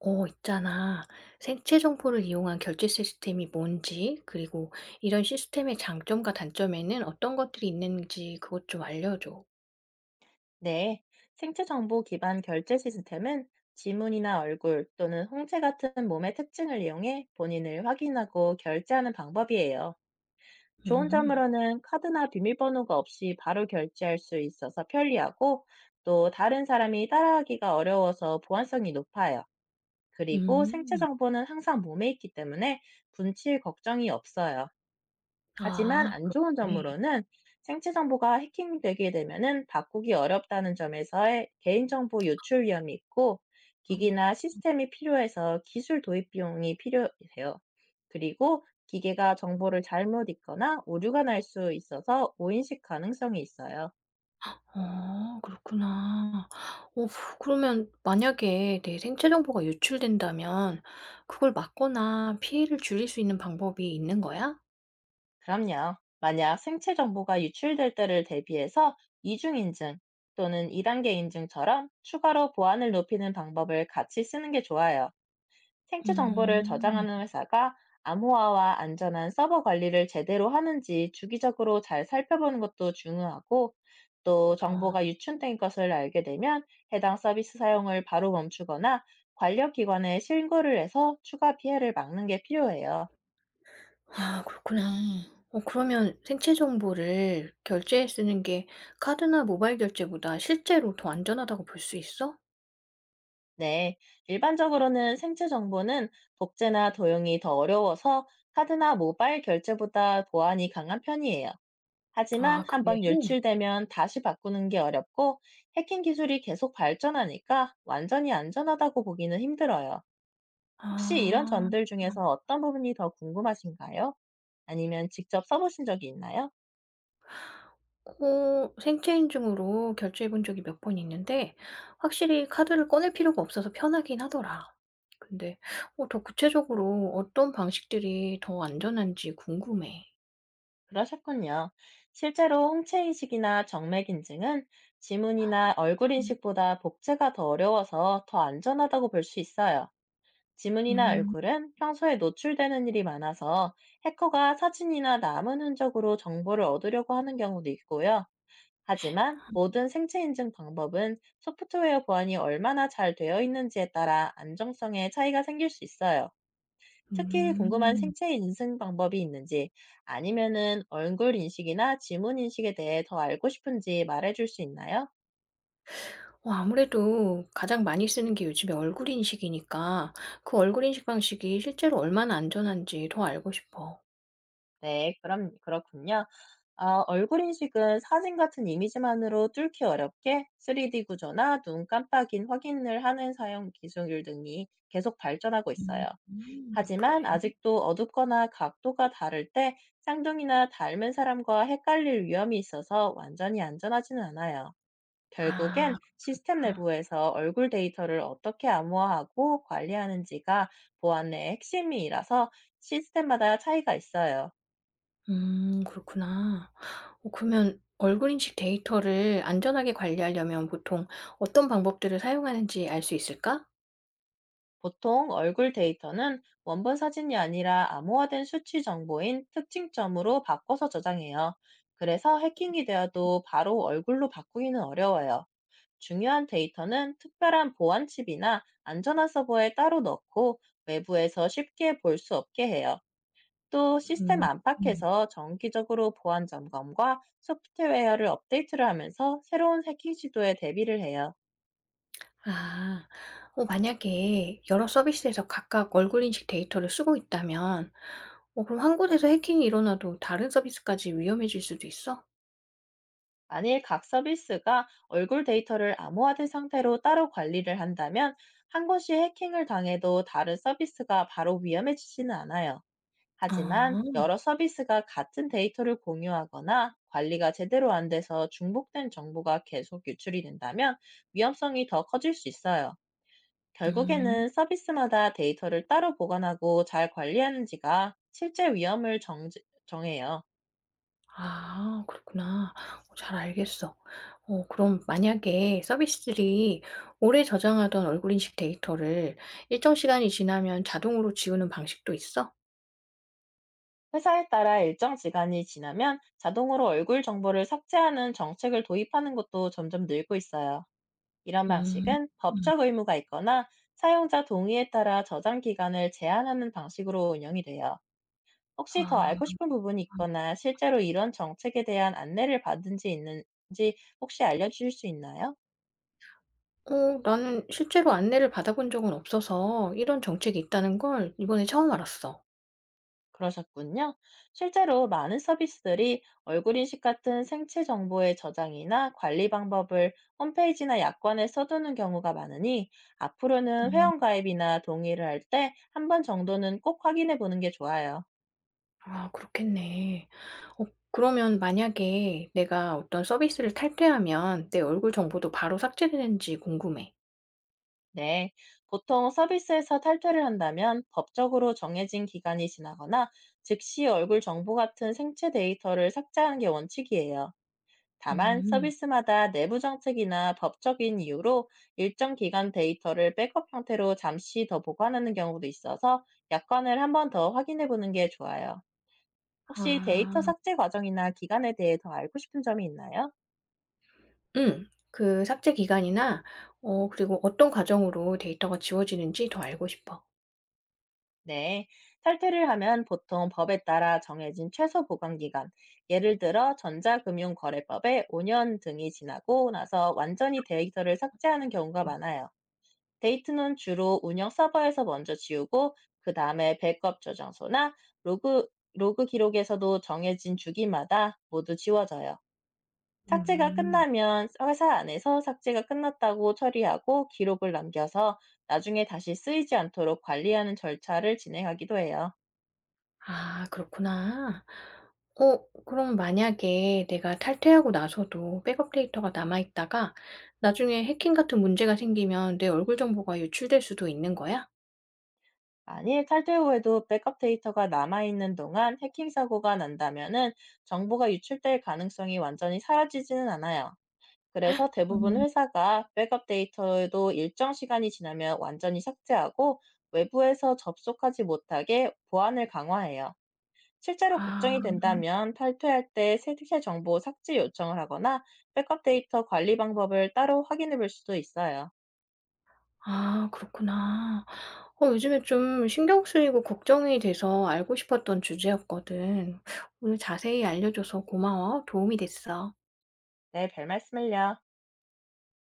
있잖아. 생체 정보를 이용한 결제 시스템이 뭔지, 그리고 이런 시스템의 장점과 단점에는 어떤 것들이 있는지 그것 좀 알려줘. 네, 생체 정보 기반 결제 시스템은 지문이나 얼굴 또는 홍채 같은 몸의 특징을 이용해 본인을 확인하고 결제하는 방법이에요. 좋은 음, 점으로는 카드나 비밀번호가 없이 바로 결제할 수 있어서 편리하고, 또 다른 사람이 따라하기가 어려워서 보안성이 높아요. 그리고 생체 음. 정보는 항상 몸에 있기 때문에 분칠 걱정이 없어요. 하지만 아, 안 좋은 그러네. 점으로는 생체 정보가 해킹되게 되면은 바꾸기 어렵다는 점에서의 개인정보 유출 위험이 있고, 음. 기기나 시스템이 필요해서 기술 도입 비용이 필요해요. 그리고 기계가 정보를 잘못 읽거나 오류가 날 수 있어서 오인식 가능성이 있어요. 어, 그렇구나. 어, 그러면 만약에 내 생체 정보가 유출된다면 그걸 막거나 피해를 줄일 수 있는 방법이 있는 거야? 그럼요. 만약 생체 정보가 유출될 때를 대비해서 이중 인증 또는 2단계 인증처럼 추가로 보안을 높이는 방법을 같이 쓰는 게 좋아요. 생체 정보를 음, 저장하는 회사가 암호화와 안전한 서버 관리를 제대로 하는지 주기적으로 잘 살펴보는 것도 중요하고, 또 어. 정보가 유출된 것을 알게 되면 해당 서비스 사용을 바로 멈추거나 관련 기관에 신고를 해서 추가 피해를 막는 게 필요해요. 아 그렇구나. 어 그러면 생체 정보를 결제에 쓰는 게 카드나 모바일 결제보다 실제로 더 안전하다고 볼 수 있어? 네, 일반적으로는 생체 정보는 복제나 도용이 더 어려워서 카드나 모바일 결제보다 보안이 강한 편이에요. 하지만 아 그래? 한번 유출되면 다시 바꾸는 게 어렵고, 해킹 기술이 계속 발전하니까 완전히 안전하다고 보기는 힘들어요. 혹시 이런 아. 점들 중에서 어떤 부분이 더 궁금하신가요? 아니면 직접 써보신 적이 있나요? 어 생체 인증으로 결제해 본 적이 몇 번 있는데 확실히 카드를 꺼낼 필요가 없어서 편하긴 하더라. 근데 어 더 구체적으로 어떤 방식들이 더 안전한지 궁금해. 그러셨군요. 실제로 홍채 인식이나 정맥 인증은 지문이나 얼굴 인식보다 복제가 더 어려워서 더 안전하다고 볼 수 있어요. 지문이나 음. 얼굴은 평소에 노출되는 일이 많아서 해커가 사진이나 남은 흔적으로 정보를 얻으려고 하는 경우도 있고요. 하지만 모든 생체 인증 방법은 소프트웨어 보안이 얼마나 잘 되어 있는지에 따라 안정성에 차이가 생길 수 있어요. 특히 궁금한 음. 생체 인증 방법이 있는지, 아니면은 얼굴 인식이나 지문 인식에 대해 더 알고 싶은지 말해줄 수 있나요? 어 아무래도 가장 많이 쓰는 게 요즘에 얼굴 인식이니까 그 얼굴 인식 방식이 실제로 얼마나 안전한지 더 알고 싶어. 네, 그럼 그렇군요. 아, 얼굴 인식은 사진 같은 이미지만으로 뚫기 어렵게 3D 구조나 눈 깜빡인 확인을 하는 사용 기술 등이 계속 발전하고 음. 있어요. 하지만 그래. 아직도 어둡거나 각도가 다를 때 쌍둥이나 닮은 사람과 헷갈릴 위험이 있어서 완전히 안전하지는 않아요. 아. 결국엔 시스템 아, 내부에서 얼굴 데이터를 어떻게 암호화하고 관리하는지가 보안의 핵심이라서 시스템마다 차이가 있어요. 그렇구나. 어 그러면 얼굴 인식 데이터를 안전하게 관리하려면 보통 어떤 방법들을 사용하는지 알 수 있을까? 보통 얼굴 데이터는 원본 사진이 아니라 암호화된 수치 정보인 특징점으로 바꿔서 저장해요. 그래서 해킹이 되어도 바로 얼굴로 바꾸기는 어려워요. 중요한 데이터는 특별한 보안 칩이나 안전한 서버에 따로 넣고 외부에서 쉽게 볼 수 없게 해요. 또 시스템 음. 안팎에서 정기적으로 보안 점검과 소프트웨어를 업데이트를 하면서 새로운 해킹 시도에 대비를 해요. 아. 어 만약에 여러 서비스에서 각각 얼굴 인식 데이터를 쓰고 있다면 어 그럼 한 곳에서 해킹이 일어나도 다른 서비스까지 위험해질 수도 있어? 만일 각 서비스가 얼굴 데이터를 암호화된 상태로 따로 관리를 한다면 한 곳이 해킹을 당해도 다른 서비스가 바로 위험해지지는 않아요. 하지만 아. 여러 서비스가 같은 데이터를 공유하거나 관리가 제대로 안 돼서 중복된 정보가 계속 유출이 된다면 위험성이 더 커질 수 있어요. 음. 결국에는 서비스마다 데이터를 따로 보관하고 잘 관리하는지가 실제 위험을 정해요. 아 그렇구나. 어 잘 알겠어. 어 그럼 만약에 서비스들이 오래 저장하던 얼굴 인식 데이터를 일정 시간이 지나면 자동으로 지우는 방식도 있어? 회사에 따라 일정 기간이 지나면 자동으로 얼굴 정보를 삭제하는 정책을 도입하는 것도 점점 늘고 있어요. 이런 음. 방식은 음. 법적 의무가 있거나 사용자 동의에 따라 저장 기간을 제한하는 방식으로 운영이 돼요. 혹시 더 아. 알고 싶은 부분이 있거나 실제로 이런 정책에 대한 안내를 받은 지 있는지 혹시 알려주실 수 있나요? 어 나는 실제로 안내를 받아본 적은 없어서 이런 정책이 있다는 걸 이번에 처음 알았어. 그러셨군요. 실제로 많은 서비스들이 얼굴 인식 같은 생체 정보의 저장이나 관리 방법을 홈페이지나 약관에 써두는 경우가 많으니, 앞으로는 음. 회원가입이나 동의를 할 때 한 번 정도는 꼭 확인해 보는 게 좋아요. 아 그렇겠네. 어 그러면 만약에 내가 어떤 서비스를 탈퇴하면 내 얼굴 정보도 바로 삭제되는지 궁금해. 네. 보통 서비스에서 탈퇴를 한다면 법적으로 정해진 기간이 지나거나 즉시 얼굴 정보 같은 생체 데이터를 삭제하는 게 원칙이에요. 다만 음. 서비스마다 내부 정책이나 법적인 이유로 일정 기간 데이터를 백업 형태로 잠시 더 보관하는 경우도 있어서 약관을 한번 더 확인해 보는 게 좋아요. 혹시 데이터 아. 삭제 과정이나 기간에 대해 더 알고 싶은 점이 있나요? 응. 그 삭제 기간이나 어 그리고 어떤 과정으로 데이터가 지워지는지 더 알고 싶어. 네. 탈퇴를 하면 보통 법에 따라 정해진 최소 보관 기간, 예를 들어 전자금융거래법에 5년 등이 지나고 나서 완전히 데이터를 삭제하는 경우가 많아요. 데이트는 주로 운영 서버에서 먼저 지우고 그 다음에 백업 저장소나 로그, 로그 기록에서도 정해진 주기마다 모두 지워져요. 삭제가 음. 끝나면 회사 안에서 삭제가 끝났다고 처리하고 기록을 남겨서 나중에 다시 쓰이지 않도록 관리하는 절차를 진행하기도 해요. 아 그렇구나. 어 그럼 만약에 내가 탈퇴하고 나서도 백업 데이터가 남아 있다가 나중에 해킹 같은 문제가 생기면 내 얼굴 정보가 유출될 수도 있는 거야? 만일 탈퇴 후에도 백업 데이터가 남아있는 동안 해킹 사고가 난다면은 정보가 유출될 가능성이 완전히 사라지지는 않아요. 그래서 대부분 음. 회사가 백업 데이터도 일정 시간이 지나면 완전히 삭제하고 외부에서 접속하지 못하게 보안을 강화해요. 실제로 걱정이 아. 된다면 탈퇴할 때 세세 정보 삭제 요청을 하거나 백업 데이터 관리 방법을 따로 확인해 볼 수도 있어요. 아 그렇구나. 어 요즘에 좀 신경 쓰이고 걱정이 돼서 알고 싶었던 주제였거든. 오늘 자세히 알려줘서 고마워. 도움이 됐어. 네, 별 말씀을요.